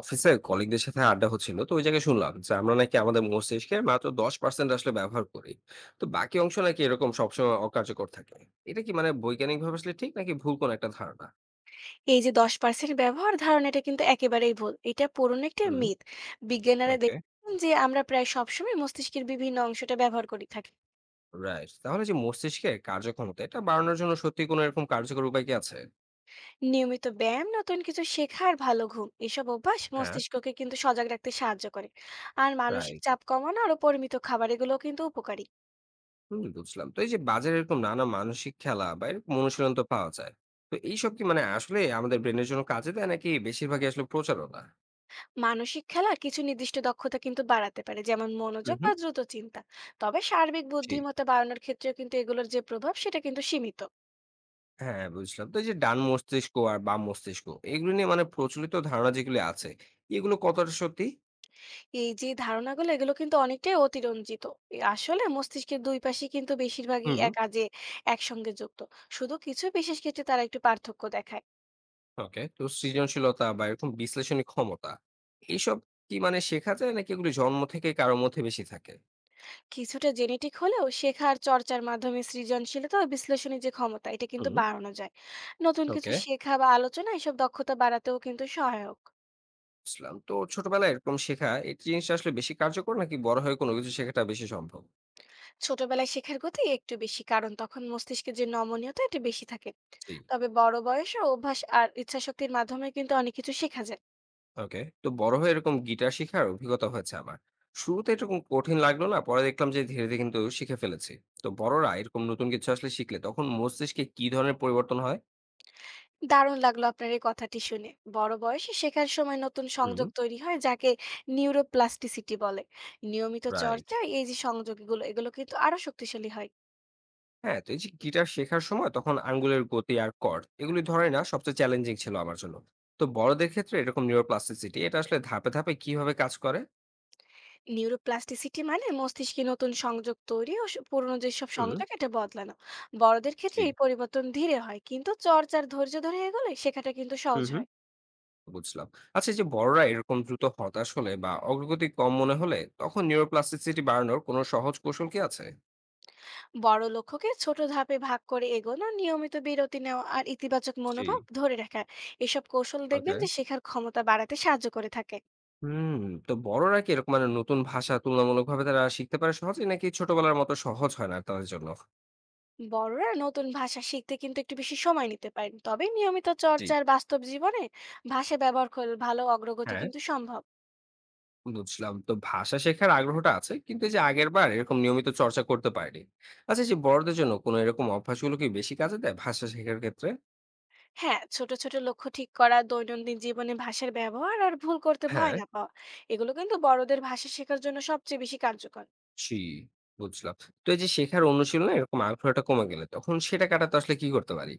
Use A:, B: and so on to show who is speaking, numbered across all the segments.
A: অফিসে কলিগদের সাথে আড্ডা হচ্ছিল তো ওই জায়গায় শুনলাম যে আমরা নাকি আমাদের মস্তিষ্কের মাত্র 10% আসলে ব্যবহার করি। তো বাকি অংশ নাকি এরকম সবসময় অকার্যকর থাকে। এটা কি মানে বৈজ্ঞানিক ভাবে আসলে ঠিক নাকি ভুল কোন একটা ধারণা?
B: এই যে 10% ব্যবহার ধারণা এটা কিন্তু একেবারেই ভুল। এটা পুরনো একটা
A: হুম।
B: মিথ। বিজ্ঞানীরা
A: ওকে।
B: দেখেছেন যে আমরা প্রায় সবসময় মস্তিষ্কের বিভিন্ন অংশটা ব্যবহার করে থাকি।
A: রাইট, তাহলে যে মস্তিষ্কের কার্যক্ষমতা এটা বাড়ানোর জন্য সত্যি কোনো এরকম কার্যকর উপায় কি আছে?
B: নিয়মিত ব্যায়াম, নতুন কিছু শেখা আর ভালো ঘুম এসব অভ্যাস
A: হ্যাঁ।
B: মস্তিষ্ককে কিন্তু সজাগ রাখতে সাহায্য করে। আর মানসিক
A: রাইট।
B: চাপ কমানো আর পরিমিত খাবার এগুলোও কিন্তু উপকারী।
A: হুম, বুঝলাম। তো এই যে বাজারে এরকম নানা মানসিক খেলা বা এরকম অনুশীলন তো পাওয়া যায়। তো এইসব কি মানে আসলে আমাদের ব্রেনের জন্য কাজে দেয় নাকি বেশিরভাগই আসলে প্রচারণা?
B: মানসিক খেলা কিছু নির্দিষ্ট দক্ষতা কিন্তু বাড়াতে পারে, যেমন
A: হুম
B: মনোযোগ বা
A: হুম।
B: দ্রুত চিন্তা। তবে সার্বিক
A: জি।
B: বুদ্ধিমত্তা বাড়ানোর ক্ষেত্রেও কিন্তু এগুলোর যে প্রভাব সেটা কিন্তু সীমিত।
A: হ্যাঁ, বুঝলাম। তো এই যে ডান মস্তিষ্ক আর বাম মস্তিষ্ক এগুলো নিয়ে মানে প্রচলিত ধারণা যেগুলো আছে, এগুলো কতটা সত্যি?
B: এই যে ধারণাগুলো এগুলো কিন্তু অনেকটাই অতিরঞ্জিত। এ আসলে মস্তিষ্কের দুই পাশই কিন্তু বেশিরভাগই
A: হুম।
B: এ কাজে একসঙ্গে যুক্ত। শুধু কিছু বিশেষ ক্ষেত্রে তারা একটু পার্থক্য দেখায়।
A: ওকে। তো সৃজনশীলতা বা এরকম বিশ্লেষণী ক্ষমতা এইসব কি মানে শেখা যায় নাকি এগুলো জন্ম থেকে কারো মধ্যে বেশি থাকে?
B: কিছুটা জেনেটিক হলেও শেখার চর্চার মাধ্যমে সৃজনশীলতা ও বিশ্লেষণী যে ক্ষমতা এটা কিন্তু
A: হুম।
B: বাড়ানো যায়। নতুন কিছু
A: ওকে।
B: শেখা বা আলোচনা এসব দক্ষতা বাড়াতেও কিন্তু সহায়ক।
A: বুঝলাম। তো ছোটবেলায় এরকম শেখা এই জিনিসটা আসলে বেশি কার্যকর নাকি বড় হয়ে কোনো কিছু শেখাটা বেশি সম্ভব?
B: ছোটবেলায় শেখার গতি একটু বেশি, কারণ তখন মস্তিষ্কের যে নমনীয়তা এটা বেশি থাকে।
A: জি।
B: তবে বড় বয়সে অভ্যাস আর ইচ্ছাশক্তির মাধ্যমে কিন্তু অনেক কিছু শেখা যায়।
A: ওকে। তো বড় হয়ে এরকম গিটার শিখার অভিজ্ঞতা হয়েছে আমার। শুরুতে এরকম কঠিন লাগলো না। পরে দেখলাম যে ধীরে, ধীরে কিন্তু শিখে ফেলেছি। তো বড়রা এরকম নতুন কিছু আসলে শিখলে তখন মস্তিষ্কে কি ধরনের পরিবর্তন হয়?
B: দারুণ লাগলো আপনার এই কথাটি শুনে। বড় বয়সে শেখার সময় নতুন
A: হুম।
B: সংযোগ তৈরি হয়, যাকে নিউরোপ্লাস্টিসিটি বলে। নিয়মিত
A: রাইট।
B: চর্চা এই যে সংযোগগুলো এগুলো কিন্তু আরো শক্তিশালী হয়।
A: হ্যাঁ, তো এই যে গিটার শেখার সময় তখন আঙ্গুলের গতি আর কর্ড এগুলি ধরে না সবচেয়ে চ্যালেঞ্জিং ছিল আমার জন্য। তো বড়দের ক্ষেত্রে এরকম নিউরোপ্লাস্টিসিটি এটা আসলে ধাপে, ধাপে কিভাবে কাজ করে?
B: নিউরোপ্লাস্টিসিটি মানে মস্তিষ্কে নতুন সংযোগ তৈরি ও স পুরনো যেসব
A: হুম।
B: সংযোগ এটা বদলানো। বড়দের ক্ষেত্রে
A: জি।
B: এই পরিবর্তন ধীরে হয়, কিন্তু চর্চার ধৈর্য ধরে এগোলে শেখাটা কিন্তু
A: হুম
B: সহজ
A: হুম,
B: হয়।
A: বুঝলাম। আচ্ছা, এই যে বড়রা এরকম দ্রুত হতাশ হলে বা অগ্রগতি কম মনে হলে তখন নিউরোপ্লাস্টিসিটি বাড়ানোর কোনো সহজ কৌশল কি আছে?
B: বড় লক্ষ্যকে ছোট ধাপে ভাগ করে এগোনো, নিয়মিত বিরতি নেওয়া আর ইতিবাচক
A: জি।
B: মনোভাব ধরে রাখা। এসব কৌশল
A: ওকে।
B: দেখবেন যে শেখার ক্ষমতা বাড়াতে সাহায্য করে থাকে।
A: হুম, তো বড়রা কি এরকম মানে নতুন ভাষা তুলনামূলকভাবে তারা শিখতে পারে সহজে নাকি ছোটবেলার মতো সহজ হয় না তাদের জন্য?
B: বড়রা নতুন ভাষা শিখতে কিন্তু একটু বেশি সময় নিতে পারেন, তবে নিয়মিত
A: জি।
B: চর্চার বাস্তব জীবনে ভাষা ব্যবহার করলে ভালো অগ্রগতি
A: হ্যাঁ,
B: কিন্তু সম্ভব।
A: বুঝলাম। তো ভাষা শেখার আগ্রহটা আছে, কিন্তু এই যে আগের বার এরকম নিয়মিত চর্চা করতে পারিনি। আচ্ছা, এই যে বড়দের জন্য কোনো এরকম অভ্যাসগুলো কি বেশি কাজে দেয় ভাষা শেখার ক্ষেত্রে?
B: হ্যাঁ, ছোট ছোট লক্ষ্য ঠিক করা, দৈনন্দিন জীবনে ভাষার ব্যবহার আর ভুল করতে ভয়
A: হ্যাঁ।
B: না পাওয়া, এগুলো কিন্তু বড়দের ভাষা শেখার জন্য সবচেয়ে বেশি কার্যকর।
A: জি, বুঝলাম। তো এই যে শেখার অনুশীলনে এরকম আগ্রহটা কমে গেলে তখন সেটা কাটাতে আসলে কি করতে পারি?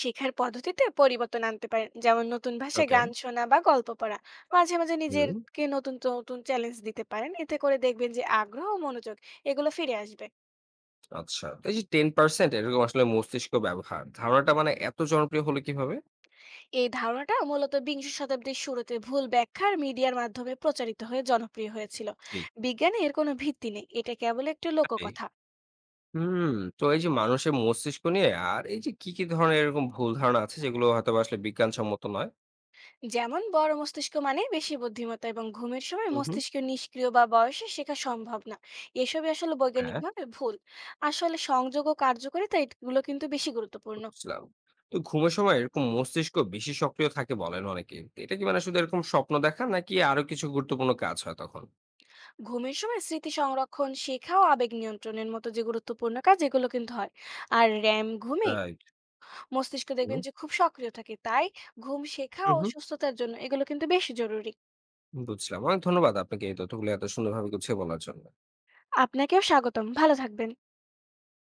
B: শেখার পদ্ধতিতে পরিবর্তন আনতে পারেন, যেমন নতুন ভাষায়
A: ওকে।
B: গান শোনা বা গল্প পড়া। মাঝে মাঝে
A: হুম,
B: নিজেকে নতুন নতুন চ্যালেঞ্জ দিতে পারেন, এতে করে দেখবেন যে আগ্রহ ও মনোযোগ এগুলো ফিরে আসবে।
A: আচ্ছা। তো এই যে 10% এরকম আসলে মস্তিষ্ক ব্যবহার ধারণাটা মানে এত জনপ্রিয় হলো কিভাবে?
B: এই ধারণাটা মূলত বিংশ শতাব্দীর শুরুতে ভুল ব্যাখ্যার মিডিয়ার মাধ্যমে প্রচারিত হয়ে জনপ্রিয় হয়েছিল।
A: জি।
B: বিজ্ঞানে এর কোনো ভিত্তি নেই, এটা কেবল একটি
A: তাই।
B: লোককথা।
A: হুম, তো এই যে মানুষের মস্তিষ্ক নিয়ে আর এই যে কি, কি ধরনের এরকম ভুল ধারণা আছে যেগুলো হয়তোবা আসলে বিজ্ঞানসম্মত নয়?
B: যেমন বড় মস্তিষ্ক মানে বেশি বুদ্ধিমত্তা এবং ঘুমের সময়
A: হুম, হুম।
B: মস্তিষ্ক নিষ্ক্রিয় বা বয়সে শেখা সম্ভব না, এসবই আসলে
A: হ্যাঁ।
B: বৈজ্ঞানিকভাবে ভুল। আসলে সংযোগ ও কার্যকারিতা এগুলো কিন্তু বেশি গুরুত্বপূর্ণ।
A: বুঝলাম। তো ঘুমের সময় এরকম মস্তিষ্ক বেশি সক্রিয় থাকে বলেন অনেকে। তো এটা কি মানে শুধু এরকম স্বপ্ন দেখা নাকি আরো কিছু গুরুত্বপূর্ণ কাজ হয় তখন?
B: ঘুমের সময় স্মৃতি সংরক্ষণ, শেখা ও আবেগ নিয়ন্ত্রণের মতো যে গুরুত্বপূর্ণ কাজ এগুলো কিন্তু হয়। আর র্যাম ঘুমে
A: রাইট।
B: মস্তিষ্ক
A: হুম।
B: দেখবেন যে খুব সক্রিয় থাকে, তাই ঘুম শেখা
A: হুম,
B: ও
A: হুম।
B: সুস্থতার জন্য এগুলো কিন্তু বেশ জরুরি।
A: বুঝলাম। অনেক ধন্যবাদ আপনাকে এই তথ্যগুলো এত সুন্দরভাবে গুছিয়ে বলার জন্য।
B: আপনাকেও স্বাগতম, ভালো থাকবেন।